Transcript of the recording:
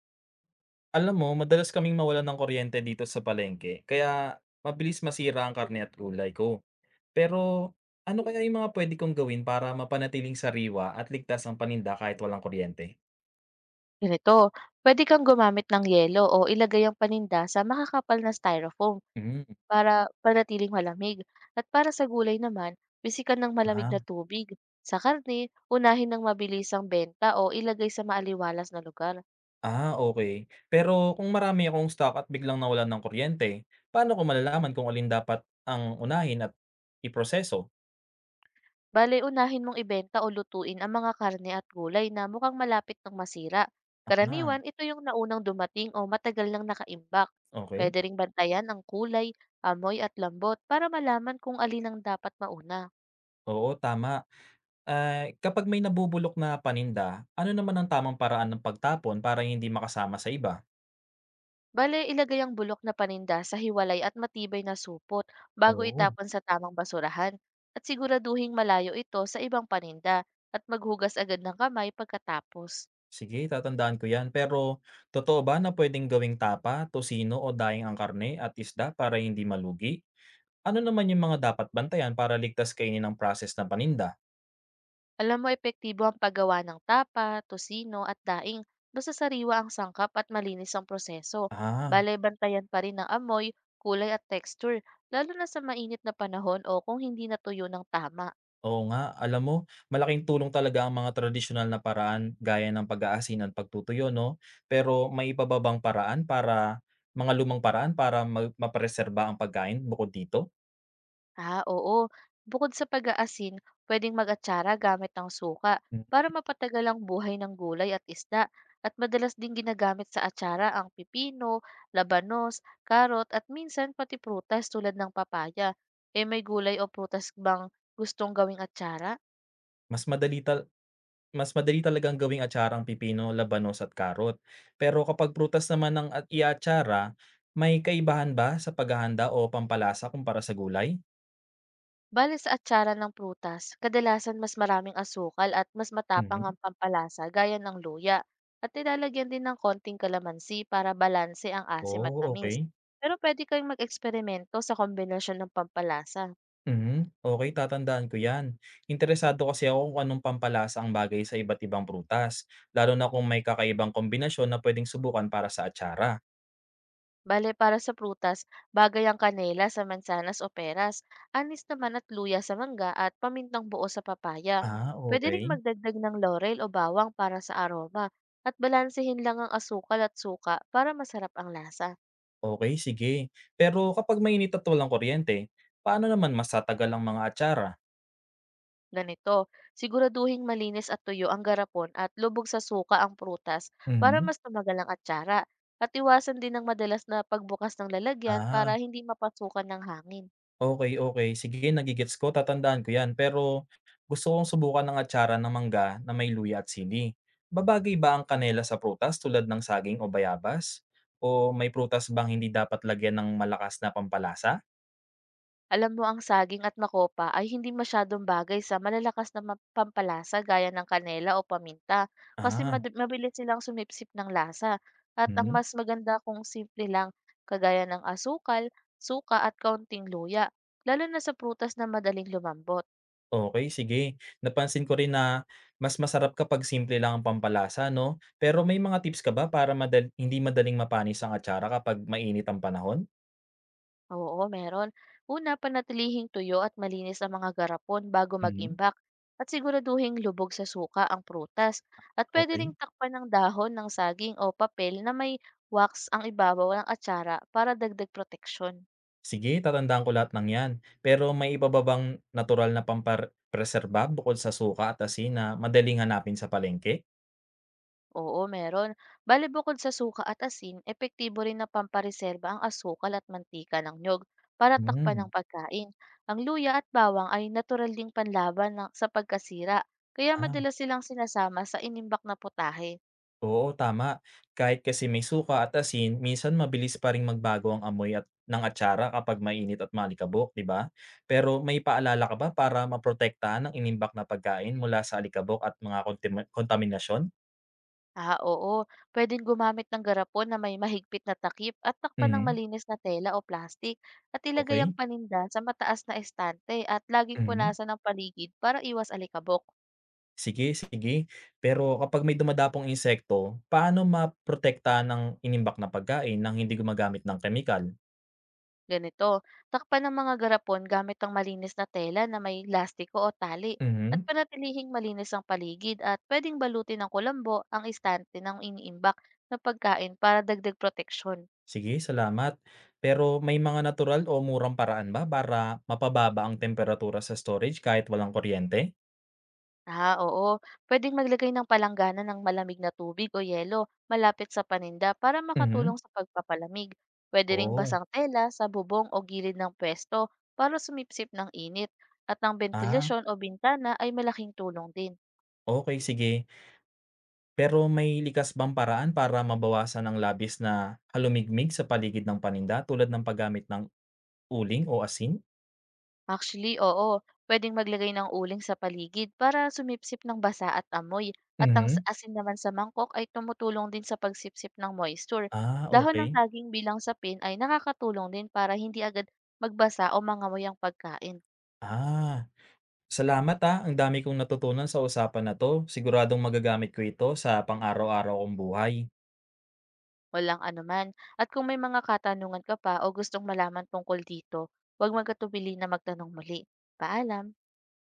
Alam mo, madalas kaming mawalan ng kuryente dito sa palengke, kaya mabilis masira ang karne at gulay ko. Pero ano kaya yung mga pwede kong gawin para mapanatiling sariwa at ligtas ang paninda kahit walang kuryente? Ganito, pwede kang gumamit ng yelo o ilagay ang paninda sa makakapal na styrofoam Mm, para panatiling malamig. At para sa gulay naman, bisikan ng malamig ah, na tubig. Sa karne, unahin ng mabilis benta o ilagay sa maaliwalas na lugar. ah, okay. Pero kung marami akong stock at biglang nawalan ng kuryente, paano ko malalaman kung alin dapat ang unahin at iproseso? Bale, unahin mong ibenta o lutuin ang mga karne at gulay na mukhang malapit ng masira. Ah, Karaniwan, ito yung naunang dumating o matagal nang nakaimbak. okay. Pwede ring bantayan ang kulay, amoy at lambot para malaman kung alin ang dapat mauna. Oo, tama. Ah, kapag may nabubulok na paninda, ano naman ang tamang paraan ng pagtapon para hindi makasama sa iba? Bale, ilagay ang bulok na paninda sa hiwalay at matibay na supot bago Oo, itapon sa tamang basurahan at siguraduhing malayo ito sa ibang paninda at maghugas agad ng kamay pagkatapos. sige, tatandaan ko 'yan. Pero totoo ba na pwedeng gawing tapa, tosino o daing ang karne at isda para hindi malugi? Ano naman yung mga dapat bantayan para ligtas kainin ang proses ng paninda? Alam mo, epektibo ang paggawa ng tapa, tosino at daing basta sariwa ang sangkap at malinis ang proseso. Ah, Bale, bantayan pa rin ang amoy, kulay at texture, lalo na sa mainit na panahon o kung hindi natuyo ng tama. oo nga. Alam mo, malaking tulong talaga ang mga tradisyonal na paraan gaya ng pag-aasin at pagtutuyo 'no? Pero may iba pa bang paraan para mga lumang paraan para mapreserba ang pagkain bukod dito? Ah, oo. Bukod sa pag-aasin, pwedeng mag-atsara gamit ng suka Hmm, para mapatagal ang buhay ng gulay at isda. At madalas din ginagamit sa atsara ang pipino, labanos, karot at minsan pati prutas tulad ng papaya. Eh may gulay o prutas bang gustong gawing atsara? mas madali tal Mas madali talagang gawing atsarang pipino, labanos at karot. Pero kapag prutas naman ang iatsara, may kaibahan ba sa paghahanda o pampalasa kumpara sa gulay? Bale sa atsara ng prutas, kadalasan mas maraming asukal at mas matapang Mhm. ang pampalasa gaya ng luya. At nilalagyan din ng konting kalamansi para balanse ang asim at Oh, tamis. okay. Pero pwede kang mag-eksperimento sa kombinasyon ng pampalasa. Mhm. Okay, tatandaan ko 'yan. Interesado kasi ako kung anong pampalasa ang bagay sa iba't ibang prutas, lalo na kung may kakaibang kombinasyon na pwedeng subukan para sa atsara. Bale para sa prutas, bagay ang kanela sa mansanas o peras, anis naman at luya sa mangga at pamintang buo sa papaya. Ah, Pwede ring okay. magdagdag ng laurel o bawang para sa aroma at balansehin lang ang asukal at suka para masarap ang lasa. Okay, sige. Pero kapag mainit at walang kuryente, paano naman mas tatagal ang mga atsara? Ganito, siguraduhing malinis at tuyo ang garapon at lubog sa suka ang prutas para Mhm. mas tumagal ang atsara. At iwasan din ang madalas na pagbukas ng lalagyan para Ah, hindi mapasukan ng hangin. okey, okey. Sige, nage-gets ko, tatandaan ko 'yan. Pero gusto kong subukan ng atsara ng mangga na may luya at sili. Babagay ba ang kanela sa prutas tulad ng saging o bayabas? O may prutas bang hindi dapat lagyan ng malakas na pampalasa? Alam mo, ang saging at makopa ay hindi masyadong bagay sa malalakas na pampalasa gaya ng kanela o paminta kasi Ah, mabilis silang sumipsip ng lasa. At ang hmm, mas maganda kung simple lang, kagaya ng asukal, suka at kaunting luya, lalo na sa prutas na madaling lumambot. okey, sige. Napansin ko rin na mas masarap kapag simple lang ang pampalasa 'no? Pero may mga tips ka ba para hindi madaling mapanis ang atsara kapag mainit ang panahon? Oo, meron. Una, panatilihing tuyo at malinis ang mga garapon bago Mhm, mag-imbak at siguraduhing lubog sa suka ang prutas at pwede okey. ring takpan ng dahon ng saging o papel na may wax ang ibabaw ng atsara para dagdag proteksyon. Sige, tatandaan ko lahat ng 'yan. Pero may iba ba bang natural na preserba bukod sa suka at asin na madaling hanapin sa palengke? Oo, meron. Bali bukod sa suka at asin, epektibo rin na pampareserba ang asukal at mantika ng nyog para takpan Hmm, ng pagkain. Ang luya at bawang ay natural ding panlaban ng, sa pagkasira, kaya ah, madalas silang sinasama sa inimbak na putahe. oo, tama. Kahit kasi may suka at asin, minsan mabilis pa ring magbago ang amoy at ng atsara kapag mainit at maalikabok, 'di ba? Pero may paalala ka ba para maprotektahan ang inimbak na pagkain mula sa alikabok at mga kontaminasyon? Ah, oo. Pwedeng gumamit ng garapon na may mahigpit na takip at takpan ng Mhm, malinis na tela o plastik at ilagay ang okey. paninda sa mataas na estante at laging Mhm. punasan ng paligid para iwas alikabok. Sige, sige. Pero kapag may dumadapong insekto, paano maprotektahan ng inimbak na pagkain nang hindi gumagamit ng kemikal? Ganito, takpan ng mga garapon gamit ang malinis na tela na may lastiko o tali at Mhm. panatilihing malinis ang paligid at pwedeng balutin ng kulambo ang istante ng iniimbak na pagkain para dagdag proteksyon. Sige, salamat. Pero may mga natural o murang paraan ba para mapababa ang temperatura sa storage kahit walang kuryente? Ah, oo. Pwedeng maglagay ng palanggana ng malamig na tubig o yelo malapit sa paninda para Mhm. makatulong sa pagpapalamig. Pwede ring Oh. basang tela sa bubong o gilid ng pwesto para sumipsip ng init at ang Ah, ventilasyon o bintana ay malaking tulong din. okay, sige. Pero may likas bang paraan para mabawasan ang labis na halumigmig sa paligid ng paninda tulad ng paggamit ng uling o asin? Actually, oo. Pwedeng maglagay ng uling sa paligid para sumipsip ng basa at amoy. At ang Mhm. asin naman sa mangkok ay tumutulong din sa pagsipsip ng moisture. Ah, Dahon ng okay. saging bilang sapin ay nakakatulong din para hindi agad magbasa o mangamoy ang pagkain. Ah, salamat, ah, ang dami kong natutunan sa usapan na 'to. Siguradong magagamit ko ito sa pang-araw-araw kong buhay. Walang anuman. At kung may mga katanungan ka pa o gustong malaman tungkol dito, huwag magkatubili na magtanong muli. Paalam!